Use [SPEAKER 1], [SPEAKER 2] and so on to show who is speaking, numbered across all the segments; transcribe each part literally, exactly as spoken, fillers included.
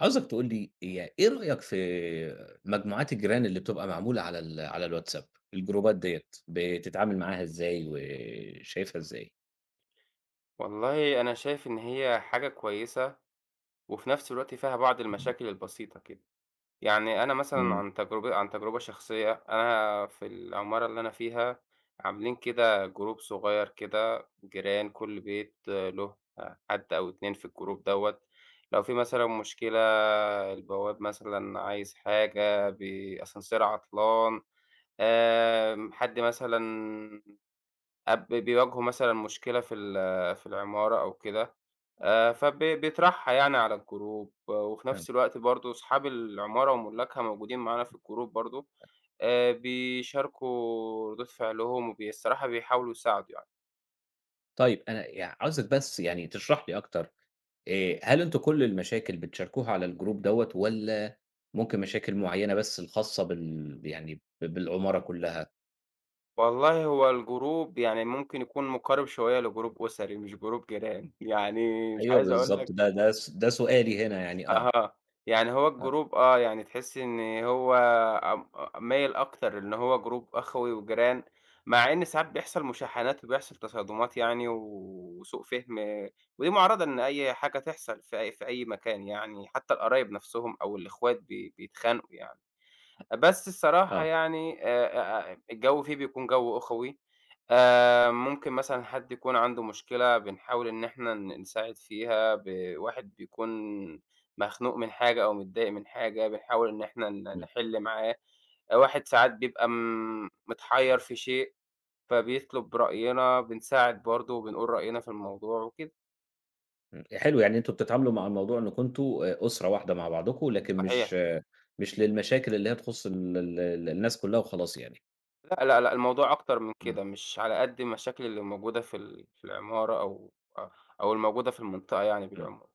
[SPEAKER 1] عاوزك تقول لي هي إيه رأيك في مجموعات الجيران اللي بتبقى معمولة على ال على الواتساب، الجروبات ديّة بتتعامل معاها إزاي وشايفها إزاي؟
[SPEAKER 2] والله أنا شايف إن هي حاجة كويسة، وفي نفس الوقت فيها بعض المشاكل البسيطة كده، يعني أنا مثلًا
[SPEAKER 1] إمم،
[SPEAKER 2] عن تجربة عن تجربة شخصية، أنا في العمارة اللي أنا فيها عاملين كده جروب صغير كده جيران كل بيت له حد أو اتنين في الجروب دوّة، لو في مثلًا مشكلة البواب مثلًا عايز حاجة، بي أسانسير عطلان، آمم، حد مثلًا أب بيواجهه مثلًا مشكلة في ال في العمارة أو كده. آآ فب بيطرحها يعني على الجروب، وفي
[SPEAKER 1] فاهم،
[SPEAKER 2] نفس الوقت برضه أصحاب العمارة وملاكها موجودين معانا في الجروب برضه، آآ بيشاركوا ردود فعلهم وبي الصراحة بيحاولوا يساعدوا يعني.
[SPEAKER 1] طيب أنا يع عاوزك بس يعني تشرح لي أكتر. آآ، هل أنتم كل المشاكل بتشاركوها على الجروب دوّة والّا ممكن مشاكل معيّنة بس الخاصة بال يعني ب بالعمارة كلّها؟
[SPEAKER 2] والله هو الجروب يعني ممكن يكون مقارب شوية لجروب أسري مش جروب جيران، يعني مش
[SPEAKER 1] أيوه
[SPEAKER 2] عايز أقول
[SPEAKER 1] بالضبط،
[SPEAKER 2] لك.
[SPEAKER 1] ده ده س ده سؤالي هنا يعني. آه،
[SPEAKER 2] أها، يعني هو الجروب آه، يعني تحسّي إن هو ام مايل أكتر إن هو جروب أخوي وجيران، مع إن ساعات بيحصل مشاحنات وبيحصل تصادمات يعني و- وسوء فِهم، ودي مُعرّضة إن أي حاجة تحصل في أي في أي مكان يعني، حتى القرايب نَفْسهم أو الإخوات بي بيتخانقوا يعني. بس الصراحة
[SPEAKER 1] آه،
[SPEAKER 2] يعني آآ آآ الجو فيه بيكون جو أخوي، آآ ممكن مثلًا حد يكون عنده مشكلة بنحاول إن إحنا ن نساعد فيها، ب واحد بيكون مخنوق من حاجة أو متضايق من حاجة بنحاول إن إحنا ن
[SPEAKER 1] إمم.
[SPEAKER 2] نحل معاه، آه، واحد ساعات بيبقى م متحيّر في شيء، فبيطلب رأينا، بنساعد برضه وبنقول رأينا في الموضوع وكده.
[SPEAKER 1] إمم، حلو، يعني أنتم بتتعاملوا مع الموضوع إنكم أنتم آآ أسرة واحدة مع بعضكم، لكن مش.
[SPEAKER 2] صحيح.
[SPEAKER 1] آه، مش للمشاكل اللي هي تخُص ال ال ال الناس كلّها وخلاص يعني.
[SPEAKER 2] لأ، لأ، لأ، الموضوع أكتر من
[SPEAKER 1] إمم.
[SPEAKER 2] كده، مش على قد المشاكل اللي موجودة في ال في العمارة أو أ أو الموجودة في المنطقة يعني
[SPEAKER 1] إمم.
[SPEAKER 2] بالعموم.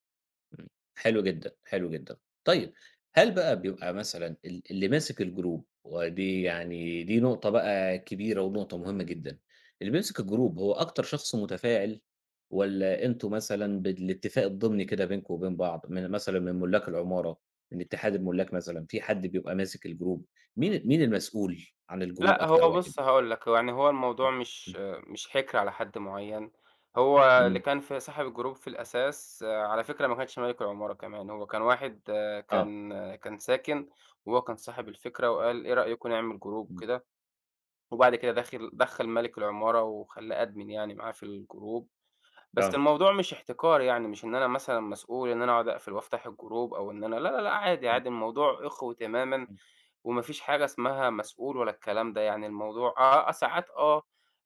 [SPEAKER 1] إمم، حلو جدًا، حلو جدًا. طيب هل بقى بيبقى مثلًا ال اللي ماسك الجروب، ودي يعني دي نقطة بقى كبيرة ونقطة مهمة جدًا، اللي بيمسك الجروب هو أكتر شخص متفاعل والّا أنتم مثلًا بالاتفاق الضمني كده بينكم وبين بعض، من مثلًا من ملاك العمارة، من اتحاد الملاك مثلًا، في حد بيبقى ماسك الجروب، مين مين المسؤول عن الجروب
[SPEAKER 2] لأ،
[SPEAKER 1] أكتر
[SPEAKER 2] هو
[SPEAKER 1] واحد؟
[SPEAKER 2] بُص هاقول لك، هو يعني هو الموضوع مش
[SPEAKER 1] إمم،
[SPEAKER 2] مش حِكر على حد معيّن، هو اللي
[SPEAKER 1] إمم،
[SPEAKER 2] كان في صاحب الجروب في الأساس آه، على فكرة ما كانش مَلِك العمارة كمان، هو كان واحد آه،
[SPEAKER 1] آه،
[SPEAKER 2] كان آه، كان ساكن وهو كان صاحب الفكرة وقال إيه رأيكم نعمل جروب
[SPEAKER 1] إمم،
[SPEAKER 2] وكده، وبعد كده داخل دخّل مَلِك العمارة وخلّاه admin يعني معاه في الجروب. بس
[SPEAKER 1] آه،
[SPEAKER 2] الموضوع مش احتكار يعني، مش إن أنا مثلًا مسؤول إن أنا أقعد أقفل وأفتح الجروب أو إن أنا لا، لا، لأ، عادي،
[SPEAKER 1] إمم،
[SPEAKER 2] عادي الموضوع أخوة تمامًا، وما فيش حاجة اسمها مسؤول ولا الكلام ده، يعني الموضوع آه آه، ساعات آه،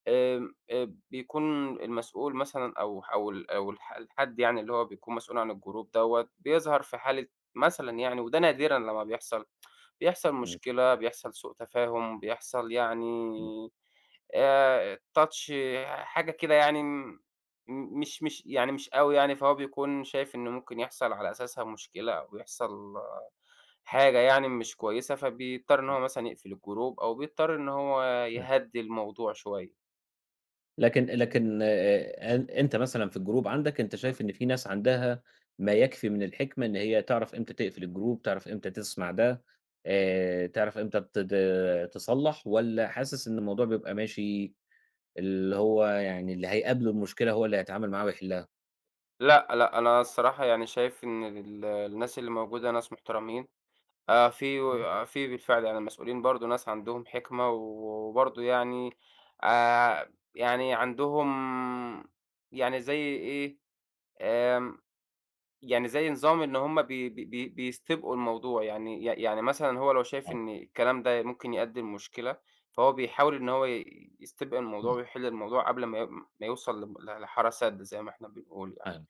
[SPEAKER 2] آمم، آآ، بيكون المسؤول مثلًا أو أو ال أو الح الحد يعني اللي هو بيكون مسؤول عن الجروب دوّة، بيظهر في حالة مثلًا يعني وده نادرًا لمّا بيحصل، بيحصل
[SPEAKER 1] إمم،
[SPEAKER 2] مشكلة، بيحصل سوء تفاهم، بيحصل يعني
[SPEAKER 1] إمم،
[SPEAKER 2] آآ الtouch حاجة كده يعني م مش مش يعني مش أوي يعني، فهو بيكون شايف إن ممكن يحصل على أساسها مشكلة أو يحصل حاجة يعني مش كويسة، فبيضطر إن هو مثلًا يقفل الجروب أو بيضطر إن هو
[SPEAKER 1] إمم.
[SPEAKER 2] يهدّي الموضوع شوية.
[SPEAKER 1] لكن لكن آآ أن أنت مثلًا في الجروب عندك، أنت شايف إن في ناس عندها ما يكفي من الحكمة إن هي تعرف إمتى تقفل الجروب، تعرف إمتى تسمع ده. آآ تعرف إمتى ت ت تصلّح والّا حاسس إن الموضوع بيبقى ماشي، اللي هو يعني اللي هيقابله المشكلة هو اللي هيتعامل معاها ويحلها؟
[SPEAKER 2] لأ، لأ، أنا الصراحة يعني شايف إن ال الناس اللي موجودة ناس محترمين، آآ في و
[SPEAKER 1] إمم،
[SPEAKER 2] آه، في بالفعل يعني المسؤولين برضه ناس عندهم حِكمة وبرضه يعني آآ يعني عندهم يعني زي إيه، آمم، يعني زي نظام إن هُم بي بي بي بيستبقوا الموضوع، يعني ي يعني مثلًا هو لو شايف
[SPEAKER 1] آه،
[SPEAKER 2] إن الكلام ده ممكن يؤدي لمشكلة، فهو بيحاول إن هو ي يستبق الموضوع
[SPEAKER 1] إمم،
[SPEAKER 2] ويحل الموضوع قبل ما ي ما يوصل لم ل لحارة سد زي ما إحنا بنقول يعني،
[SPEAKER 1] فاهم.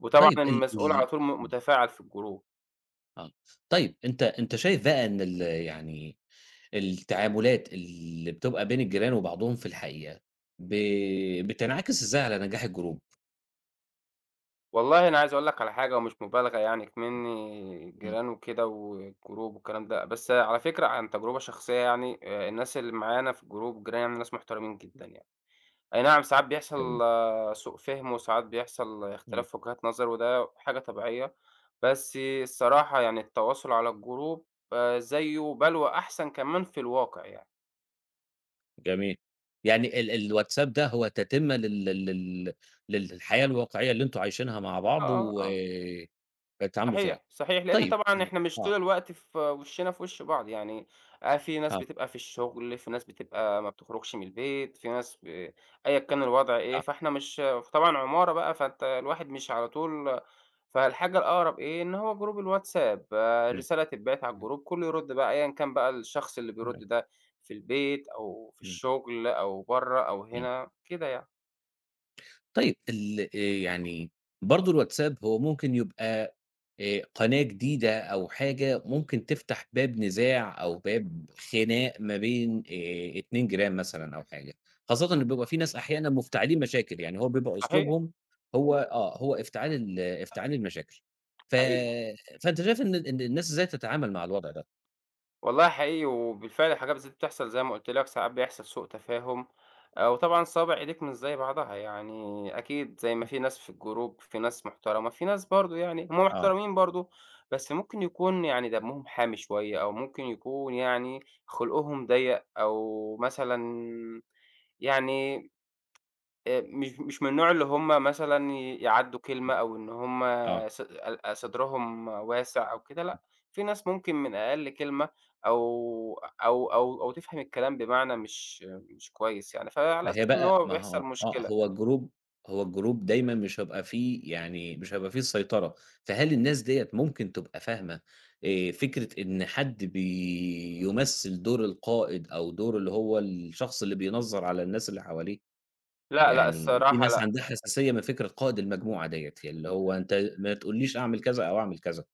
[SPEAKER 2] وطبعًا
[SPEAKER 1] طيب ال
[SPEAKER 2] المسؤول
[SPEAKER 1] ال
[SPEAKER 2] على طول م متفاعل في الجروب.
[SPEAKER 1] آه، طيب أنت أنت شايف بقى إن ال يعني التعاملات اللي بتبقى بين الجيران وبعضهم في الحقيقة ب بتنعكس إزاي على نجاح الجروب؟
[SPEAKER 2] والله أنا عايز أقول لك على حاجة ومش مبالغة يعني إكمنّي
[SPEAKER 1] إمم،
[SPEAKER 2] جيران وكده والجروب والكلام ده، بس على فكرة عن تجربة شخصية يعني آآ، الناس اللي معانا في الجروب جيراني يعني ناس محترمين جدًا يعني. أي نعم، ساعات
[SPEAKER 1] جميل،
[SPEAKER 2] بيحصل آه، سوء فِهم وساعات بيحصل
[SPEAKER 1] إمم،
[SPEAKER 2] اختلاف في وجهات نظر وده حاجة طبيعية، بس الصراحة يعني التواصل على الجروب آآ زيّه بل وأحسن كمان في الواقع يعني.
[SPEAKER 1] جميل. يعني ال الواتساب ده هو تتمة لل لل لل للحياة الواقعية اللي أنتم عايشينها مع بعض
[SPEAKER 2] آه،
[SPEAKER 1] و
[SPEAKER 2] آه.
[SPEAKER 1] بتتعاملوا فيها.
[SPEAKER 2] صحيح، صحيح، لإن
[SPEAKER 1] طيب،
[SPEAKER 2] طبعًا إحنا مش
[SPEAKER 1] آه،
[SPEAKER 2] طول الوقت في وشّنا في وش بعض، يعني آآ في ناس
[SPEAKER 1] آه،
[SPEAKER 2] بتبقى في الشغل، في ناس بتبقى ما بتخرجش من البيت، في ناس ب أيًا كان الوضع إيه،
[SPEAKER 1] آه،
[SPEAKER 2] فإحنا مش طبعًا عمارة بقى، فأنت الواحد مش على طول فالحاجة الأقرب إيه، إن هو جروب الواتساب، آه،
[SPEAKER 1] إمم،
[SPEAKER 2] رسالة تتبعت على
[SPEAKER 1] إمم،
[SPEAKER 2] الجروب، كُلّه يرُد بقى أيًا كان بقى الشخص اللي بيرُد ده في البيت أو في
[SPEAKER 1] إمم،
[SPEAKER 2] الشغل أو برّه أو
[SPEAKER 1] إمم.
[SPEAKER 2] هنا، كده يعني.
[SPEAKER 1] طيب ال آآ يعني برضه الواتساب هو ممكن يبقى آآ قناة جديدة أو حاجة ممكن تفتح باب نزاع أو باب خناق ما بين آآ اتنين جيران جيران مثلًا أو حاجة، خاصةً إن بيبقى في ناس أحيانًا مفتعلين مشاكل، يعني هو بيبقى
[SPEAKER 2] صحيح،
[SPEAKER 1] أسلوبهم، هو آه، هو افتعال ال افتعال المشاكل. ف
[SPEAKER 2] حقيقي.
[SPEAKER 1] فأنت شايف إن إن الناس إزاي تتعامل مع الوضع ده؟
[SPEAKER 2] والله حقيقي وبالفعل الحاجات دي بتحصل زي ما قُلت لك، ساعات بيحصل سوء تفاهم، آآ وطبعًا صوابع إيديك مش زي بعضها، يعني أكيد زي ما في ناس في الجروب، في ناس محترمة، في ناس برضه يعني هم
[SPEAKER 1] آه،
[SPEAKER 2] محترمين برضه، بس ممكن يكون يعني دمهم حامي شوية أو ممكن يكون يعني خُلقهم ضيّق أو مثلًا يعني آآ مش مش من النوع اللي هم مثلًا ي يعدّوا كلمة أو إن هم
[SPEAKER 1] آه.
[SPEAKER 2] ص ال صدرهم واسع أو كده لأ، في ناس ممكن من أقل كلمة أو أو أو أو تفهم الكلام بمعنى مش مش كويس يعني، فعلى
[SPEAKER 1] ما
[SPEAKER 2] أساس
[SPEAKER 1] هي
[SPEAKER 2] إن
[SPEAKER 1] بقى
[SPEAKER 2] هو
[SPEAKER 1] ما هو،
[SPEAKER 2] بيحصل
[SPEAKER 1] آه،
[SPEAKER 2] مشكلة.
[SPEAKER 1] هو الجروب هو الجروب دايمًا مش هيبقى فيه، يعني مش هيبقى فيه السيطرة، فهل الناس ديّة ممكن تبقى فاهمة آآ فكرة إن حد بيمثّل دور القائد أو دور اللي هو الشخص اللي بينظّر على الناس اللي حواليه؟
[SPEAKER 2] لأ، لأ
[SPEAKER 1] يعني في
[SPEAKER 2] الصراحة
[SPEAKER 1] ناس
[SPEAKER 2] لأ،
[SPEAKER 1] عندها حساسية من فكرة قائد المجموعة ديّة، اللي هو أنت ما تقوليش أعمل كذا أو أعمل كذا،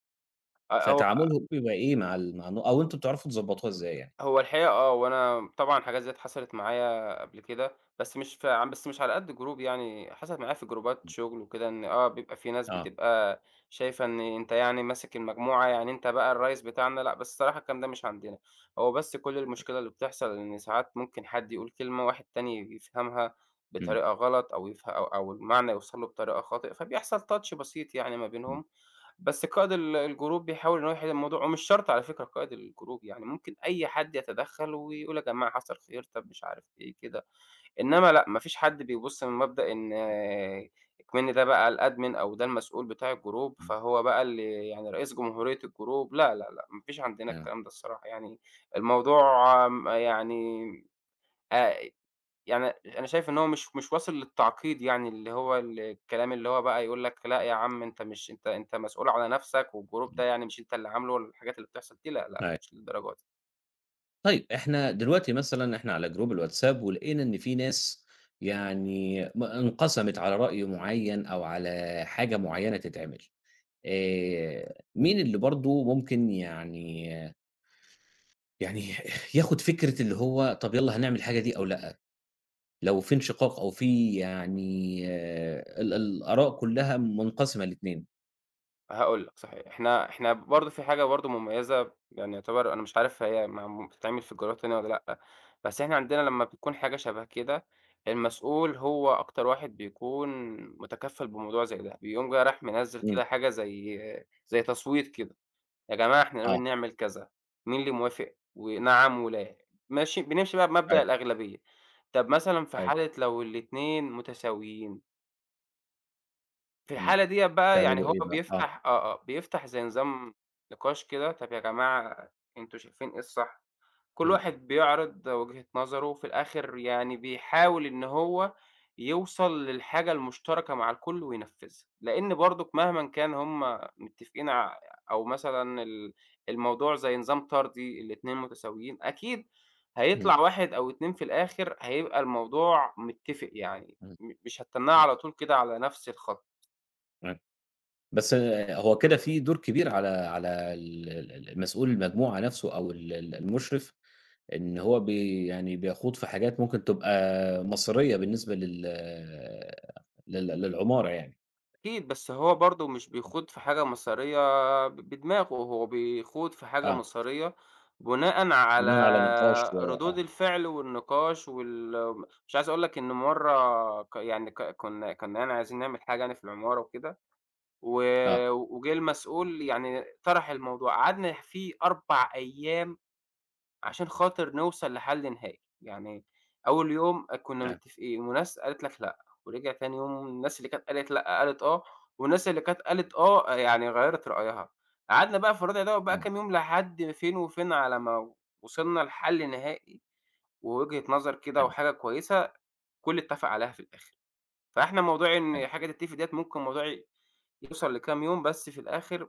[SPEAKER 2] أ هو
[SPEAKER 1] فتعاملهم بيبقى إيه مع ال مع الن أو أنتم بتعرفوا تضبّطوها إزاي يعني؟
[SPEAKER 2] هو الحقيقة آه، وأنا طبعًا حاجات زي ديّة حصلت معايا قبل كده، بس مش في عم بس مش على قد جروب يعني، حصلت معايا في جروبات
[SPEAKER 1] إمم،
[SPEAKER 2] شغل وكده، إن آه، بيبقى في ناس
[SPEAKER 1] آه،
[SPEAKER 2] بتبقى شايفة إن أنت يعني ماسك المجموعة، يعني أنت بقى الريّس بتاعنا، لأ، بس الصراحة الكلام ده مش عندنا، هو بس كل المشكلة اللي بتحصل إن ساعات ممكن حد يقول كلمة واحد تاني يفهمها
[SPEAKER 1] إمم،
[SPEAKER 2] بطريقة غلط أو يفه أو أو المعنى يوصل له بطريقة خاطئ، فبيحصل touch بسيط يعني ما
[SPEAKER 1] إمم،
[SPEAKER 2] بينهم، بس قائد ال الجروب بيحاول إن هو يحل الموضوع ومش شرط على فكرة قائد الجروب، يعني ممكن أي حد يتدخّل ويقول يا جماعة حصل خير، طب مش عارف إيه كده، إنّما لأ، ما فيش حد بيبُص من مبدأ إن آه، إكمن ده بقى الadmin أو ده المسؤول بتاع الجروب،
[SPEAKER 1] إمم،
[SPEAKER 2] فهو بقى اللي يعني رئيس جمهورية الجروب، لا، لا، لأ، ما فيش عندنا
[SPEAKER 1] آه،
[SPEAKER 2] الكلام ده الصراحة يعني، الموضوع م يعني آآ يعني أنا شايف إن هو مش مش واصل للتعقيد يعني، اللي هو ال الكلام اللي هو بقى يقول لك لأ يا عم أنت مش أنت أنت مسؤول على نَفْسك، والجروب
[SPEAKER 1] إمم،
[SPEAKER 2] ده يعني مش أنت اللي عامله، والحاجات اللي بتحصل دي لأ، لأ،
[SPEAKER 1] أيوه.
[SPEAKER 2] مش للدرجة دي.
[SPEAKER 1] طيب إحنا دلوقتي مثلًا إحنا على جروب الواتساب ولقينا إن في ناس يعني م انقسمت على رأي معيّن أو على حاجة معيّنة تتعمل. آآ مين اللي برضه ممكن يعني، يعني ياخد فكرة اللي هو طب يالّا هنعمل الحاجة دي أو لأ، لو في انشقاق أو في يعني. آه، ال الآراء كلّها منقسمة الاتنين؟
[SPEAKER 2] هاقول لك صحيح، إحنا إحنا برضه في حاجة برضه مميزة يعني يعتبر أنا مش عارف هي معم بتتعمل في الجروبات التانية والّا لأ، بس إحنا عندنا لمّا بتكون حاجة شبه كده، المسؤول هو أكتر واحد بيكون متكفّل بموضوع زي ده، بيقوم جاي رايح منزّل
[SPEAKER 1] إمم،
[SPEAKER 2] كده حاجة زي زي تصويت كده. يا جماعة إحنا
[SPEAKER 1] آه،
[SPEAKER 2] ناويين نعمل كذا، مين اللي موافق؟ ونعم ولا ماشي بنمشي بقى بمبدأ
[SPEAKER 1] أيوه،
[SPEAKER 2] الأغلبية. طب مثلًا في
[SPEAKER 1] أيوه،
[SPEAKER 2] حالة لو الاتنين متساويين، في
[SPEAKER 1] إمم،
[SPEAKER 2] الحالة ديّة بقى يعني
[SPEAKER 1] تعملوا
[SPEAKER 2] هو
[SPEAKER 1] إيه بقى؟ آه،
[SPEAKER 2] بيفتح آه، آه، بيفتح زي نظام نقاش كده، طب يا جماعة أنتم شايفين إيه الصح؟ كل
[SPEAKER 1] إمم،
[SPEAKER 2] واحد بيعرض وجهة نظره، في الآخر يعني بيحاول إن هو يوصل للحاجة المشتركة مع الكل وينفذها، لإن برضُك مهمًا كان هُم متفقين ع أو مثلًا ال الموضوع زي نظام طردي الاتنين متساويين، أكيد
[SPEAKER 1] إمم،
[SPEAKER 2] هيطلع واحد أو اتنين في الآخر هيبقى الموضوع متفق يعني،
[SPEAKER 1] إمم،
[SPEAKER 2] م مش هتتنّاه على طول كده على نفس الخط.
[SPEAKER 1] إمم. بس هو كده في دور كبير على على ال ال المسؤول المجموعة نفسه أو ال ال المُشرف، إن هو بي يعني بيخوض في حاجات ممكن تبقى مصيرية بالنسبة لل لل للعمارة يعني،
[SPEAKER 2] أكيد، بس هو برضه مش بيخوض في حاجة مصيرية ب بدماغه، هو بيخوض في حاجة
[SPEAKER 1] آه،
[SPEAKER 2] مصيرية بناءً
[SPEAKER 1] بناءً على نقاش.
[SPEAKER 2] على
[SPEAKER 1] و
[SPEAKER 2] ردود
[SPEAKER 1] آه،
[SPEAKER 2] الفعل والنقاش وال مش عايز أقول لك إن مرّة ك يعني ك كنا كنا يعني عايزين نعمل حاجة يعني في العمارة وكده، و
[SPEAKER 1] آه،
[SPEAKER 2] وجه المسؤول يعني طرح الموضوع، قعدنا فيه أربع أيام عشان خاطر نوصل لحل نهائي، يعني أول يوم كنا
[SPEAKER 1] فاهم،
[SPEAKER 2] متفقين وناس قالت لك لأ، ورجع تاني يوم الناس اللي كانت قالت لأ قالت آه، والناس اللي كانت قالت آه يعني غيّرت رأيها، قعدنا بقى في الردع دوّة بقى
[SPEAKER 1] فاهم،
[SPEAKER 2] كام يوم لحد فين وفين على ما وصلنا لحل نهائي ووجهة نظر كده
[SPEAKER 1] فاهم،
[SPEAKER 2] وحاجة كويسة الكل اتفق عليها في الآخر، فإحنا موضوع
[SPEAKER 1] فاهم،
[SPEAKER 2] إن حاجة تتفق ديّة ممكن موضوع ي يوصل لكام يوم بس في الآخر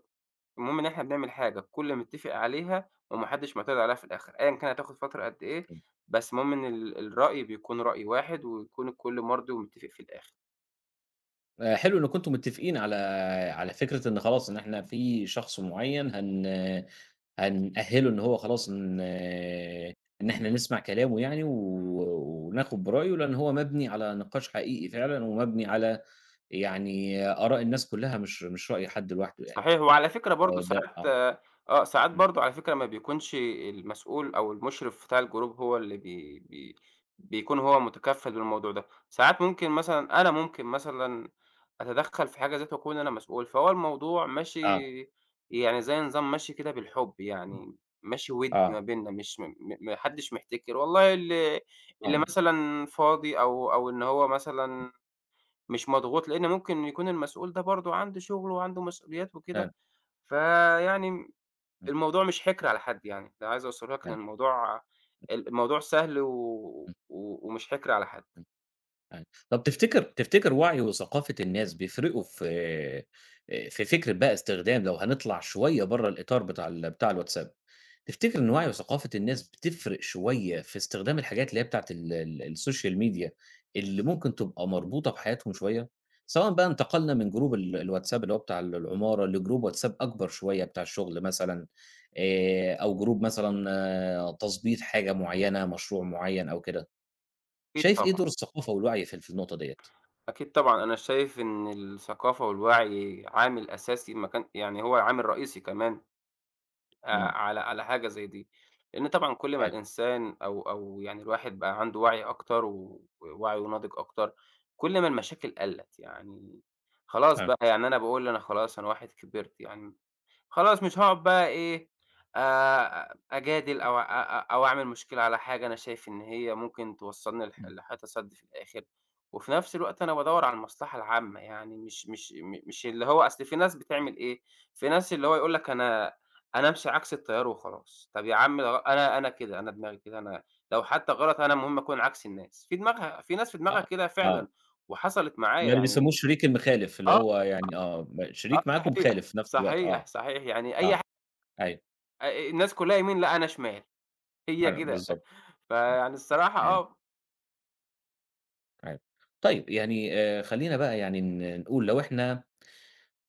[SPEAKER 2] المهم إن إحنا بنعمل حاجة الكل متّفق عليها وما حدّش معترض عليها في الآخر، أيًا كان هتاخد فترة قد إيه،
[SPEAKER 1] فاهم.
[SPEAKER 2] بس المهم إن ال الرأي بيكون رأي واحد ويكون الكل مَرضي ومتّفق في الآخر.
[SPEAKER 1] آآ حلو إنّكم أنتم متّفقين على على فكرة إن خلاص إن إحنا في شخص معيّن هن هنأهّله إن هو خلاص إن إن إحنا نسمع كلامه يعني و وناخد برأيه، لإن هو مبني على نقاش حقيقي فعلًا، ومبني على يعني آراء الناس كلّها، مش مش رأي حد لوحده يعني،
[SPEAKER 2] صحيح، وعلى فكرة برضه
[SPEAKER 1] فده
[SPEAKER 2] ساعات
[SPEAKER 1] آه،
[SPEAKER 2] آه، ساعات
[SPEAKER 1] إمم،
[SPEAKER 2] برضه على فكرة ما بيكونش المسؤول أو المُشرف بتاع الجروب هو اللي بي بي بيكون هو متكفّل بالموضوع ده، ساعات ممكن مثلًا أنا ممكن مثلًا أتدخّل في حاجة ذات وأكون أنا مسؤول، فهو الموضوع ماشي
[SPEAKER 1] آه،
[SPEAKER 2] يعني زي نظام ماشي كده بالحُب يعني، ماشي وِدّي ما
[SPEAKER 1] آه،
[SPEAKER 2] بيننا مش م م ما حدّش محتكر، والله اللي اللي
[SPEAKER 1] آه،
[SPEAKER 2] مثلًا فاضي أو أو إن هو مثلًا مش مضغوط، لإن ممكن يكون المسؤول ده برضه عنده شُغل وعنده مسؤوليات
[SPEAKER 1] فعلًا،
[SPEAKER 2] وكده. فيعني
[SPEAKER 1] م.
[SPEAKER 2] الموضوع مش حِكر على حد يعني، ده عايز أوصّله لك إن
[SPEAKER 1] فعلًا، إمم، إمم،
[SPEAKER 2] الموضوع ال الموضوع سهل و
[SPEAKER 1] إمم.
[SPEAKER 2] و ومش حِكر على حد.
[SPEAKER 1] أيوه. طب تفتكر تفتكر وعي وثقافة الناس بيفرقوا في. آآ في فكرة بقى استخدام، لو هنطلع شوية برّه الإطار بتاع ال بتاع الواتساب، تفتكر إن وعي وثقافة الناس بتفرق شوية في استخدام الحاجات اللي هي بتاعة ال ال الsocial media اللي ممكن تبقى مربوطة بحياتهم شوية؟ سواء بقى انتقلنا من جروب ال الواتساب اللي هو بتاع ال العمارة لجروب واتساب أكبر شوية بتاع الشغل مثلًا. آآ أو جروب مثلًا تضبيط حاجة معيّنة، مشروع معيّن أو كده.
[SPEAKER 2] أكيد
[SPEAKER 1] شايف إيه
[SPEAKER 2] طبعًا،
[SPEAKER 1] دور الثقافة والوعي في ال في النقطة ديّة؟
[SPEAKER 2] أكيد طبعًا. أنا شايف إن الثقافة والوعي عامل أساسي ما كان يعني هو عامل رئيسي كمان آآ
[SPEAKER 1] إمم.
[SPEAKER 2] على على حاجة زي دي، لإن طبعًا كل ما
[SPEAKER 1] أيوه،
[SPEAKER 2] الإنسان أو أو يعني الواحد بقى عنده وعي أكتر و ووعيه ناضج أكتر، كل ما المشاكل قَلّت. يعني خلاص
[SPEAKER 1] فاهم،
[SPEAKER 2] بقى، يعني أنا باقول أنا خلاص أنا واحد كبرت يعني خلاص مش هاقعد بقى إيه، آآ أجادل أو أ أ أو أعمل مشكلة على حاجة أنا شايف إن هي ممكن توصّلني لح
[SPEAKER 1] إمم.
[SPEAKER 2] لحيطة سد في الآخر، وفي نفس الوقت أنا بادوّر على المصلحة العامة، يعني مش مش م مش اللي هو أصل في ناس بتعمل إيه، في ناس اللي هو يقول لك أنا أنا أمشي عكس التيار وخلاص، طَب يا عم ده غ أنا أنا كده، أنا دماغي كده، أنا لو حتى غلط أنا المهم أكون عكس الناس، في دماغها في ناس في دماغها
[SPEAKER 1] آه،
[SPEAKER 2] كده
[SPEAKER 1] آه،
[SPEAKER 2] فعلًا، وحصلت معايا
[SPEAKER 1] يعني بيسمّوه
[SPEAKER 2] يعني
[SPEAKER 1] الشريك المخالف، اللي
[SPEAKER 2] آه،
[SPEAKER 1] هو يعني، آه، م
[SPEAKER 2] آه
[SPEAKER 1] شريك معاك
[SPEAKER 2] صحيح،
[SPEAKER 1] ومخالف في نفس الوقت، آه،
[SPEAKER 2] صحيح، صحيح، يعني أي
[SPEAKER 1] آه، أيوه،
[SPEAKER 2] آآ الناس كلّها يمين، لأ أنا شمال، هي
[SPEAKER 1] أيوه
[SPEAKER 2] كده.
[SPEAKER 1] بالضبط، إمم،
[SPEAKER 2] فيعني الصراحة
[SPEAKER 1] أيوه،
[SPEAKER 2] آه،
[SPEAKER 1] أيوه. طيب يعني آآ، خلّينا بقى يعني ن نقول لو إحنا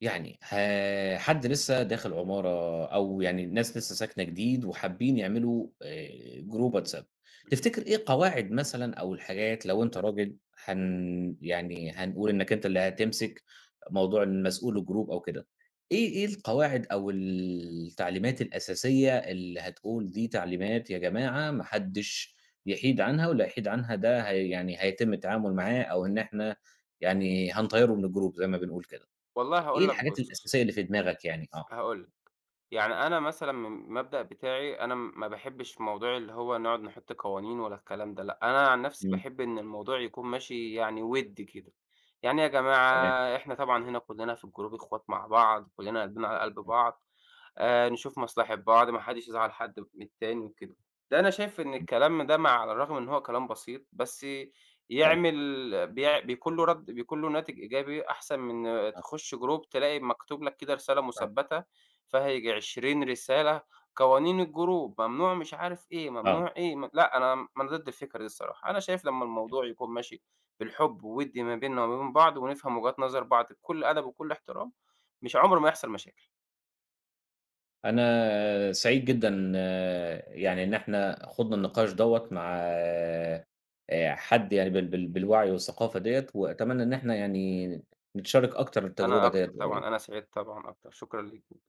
[SPEAKER 1] يعني ه حد لسه داخل عمارة أو يعني ناس لسه ساكنة جديد وحابين يعملوا آآ جروب واتساب، تفتكر إيه قواعد مثلًا أو الحاجات لو أنت راجل، هن يعني هنقول إنك أنت اللي هتمسك موضوع المسؤول الجروب أو كده، إيه إيه القواعد أو التعليمات الأساسية اللي هتقول دي تعليمات يا جماعة، ما حدش يحيد عنها واللي هيحيد عنها ده، هي يعني هيتم التعامل معاه أو إن إحنا يعني هنطيّره من الجروب زي ما بنقول كده؟
[SPEAKER 2] والله
[SPEAKER 1] إيه
[SPEAKER 2] هاقول لك
[SPEAKER 1] الحاجات
[SPEAKER 2] بُص،
[SPEAKER 1] الأساسية اللي في دماغك يعني؟ آه،
[SPEAKER 2] هاقول لك، يعني أنا مثلًا من المبدأ بتاعي أنا م- ما باحبّش موضوع اللي هو نقعد نحُط قوانين ولا الكلام ده، لأ، أنا عن نَفْسي
[SPEAKER 1] إمم،
[SPEAKER 2] باحب إن الموضوع يكون ماشي يعني وِدّي كده، يعني يا جماعة
[SPEAKER 1] تمام،
[SPEAKER 2] إحنا طبعًا هنا كلّنا في الجروب إخوات مع بعض، كلّنا قلبنا على قلب
[SPEAKER 1] إمم،
[SPEAKER 2] بعض، آآ نشوف مصلحة بعض، ما حدّش يزعّل حد من التاني وكده. ده أنا شايف إن
[SPEAKER 1] إمم،
[SPEAKER 2] الكلام ده مع على الرغم إن هو كلام بسيط، بس
[SPEAKER 1] أيوه،
[SPEAKER 2] يعمل بيع بيكون له رَد بيكون له ناتج إيجابي أحسن من
[SPEAKER 1] آه،
[SPEAKER 2] تخُش group تلاقي مكتوب لك كده رسالة
[SPEAKER 1] آه،
[SPEAKER 2] مثبّتة فيها ييجي عشرين رسالة، قوانين الgroup ممنوع مش عارف إيه،
[SPEAKER 1] آه،
[SPEAKER 2] ممنوع إيه، م لأ أنا م أنا ضد الفكرة دي الصراحة. أنا شايف لمّا
[SPEAKER 1] تمام.
[SPEAKER 2] الموضوع يكون ماشي بالحُب وِوِد ما بيننا وما بين بعض ونفهم وجهات نظر بعض بكل أدب وكل احترام، مش عُمره ما يحصل مشاكل.
[SPEAKER 1] أنا سعيد جدًا يعني إن إحنا خُضنا النقاش دوّة مع آآ حد يعني بال بال بالوعي والثقافة ديّة، وأتمنى إن إحنا يعني نتشارك أكتر التجربة
[SPEAKER 2] أنا
[SPEAKER 1] ديّة
[SPEAKER 2] أكتر طبعًا،
[SPEAKER 1] قريب.
[SPEAKER 2] أنا سعيد طبعًا أكتر، شكرًا ليكِ.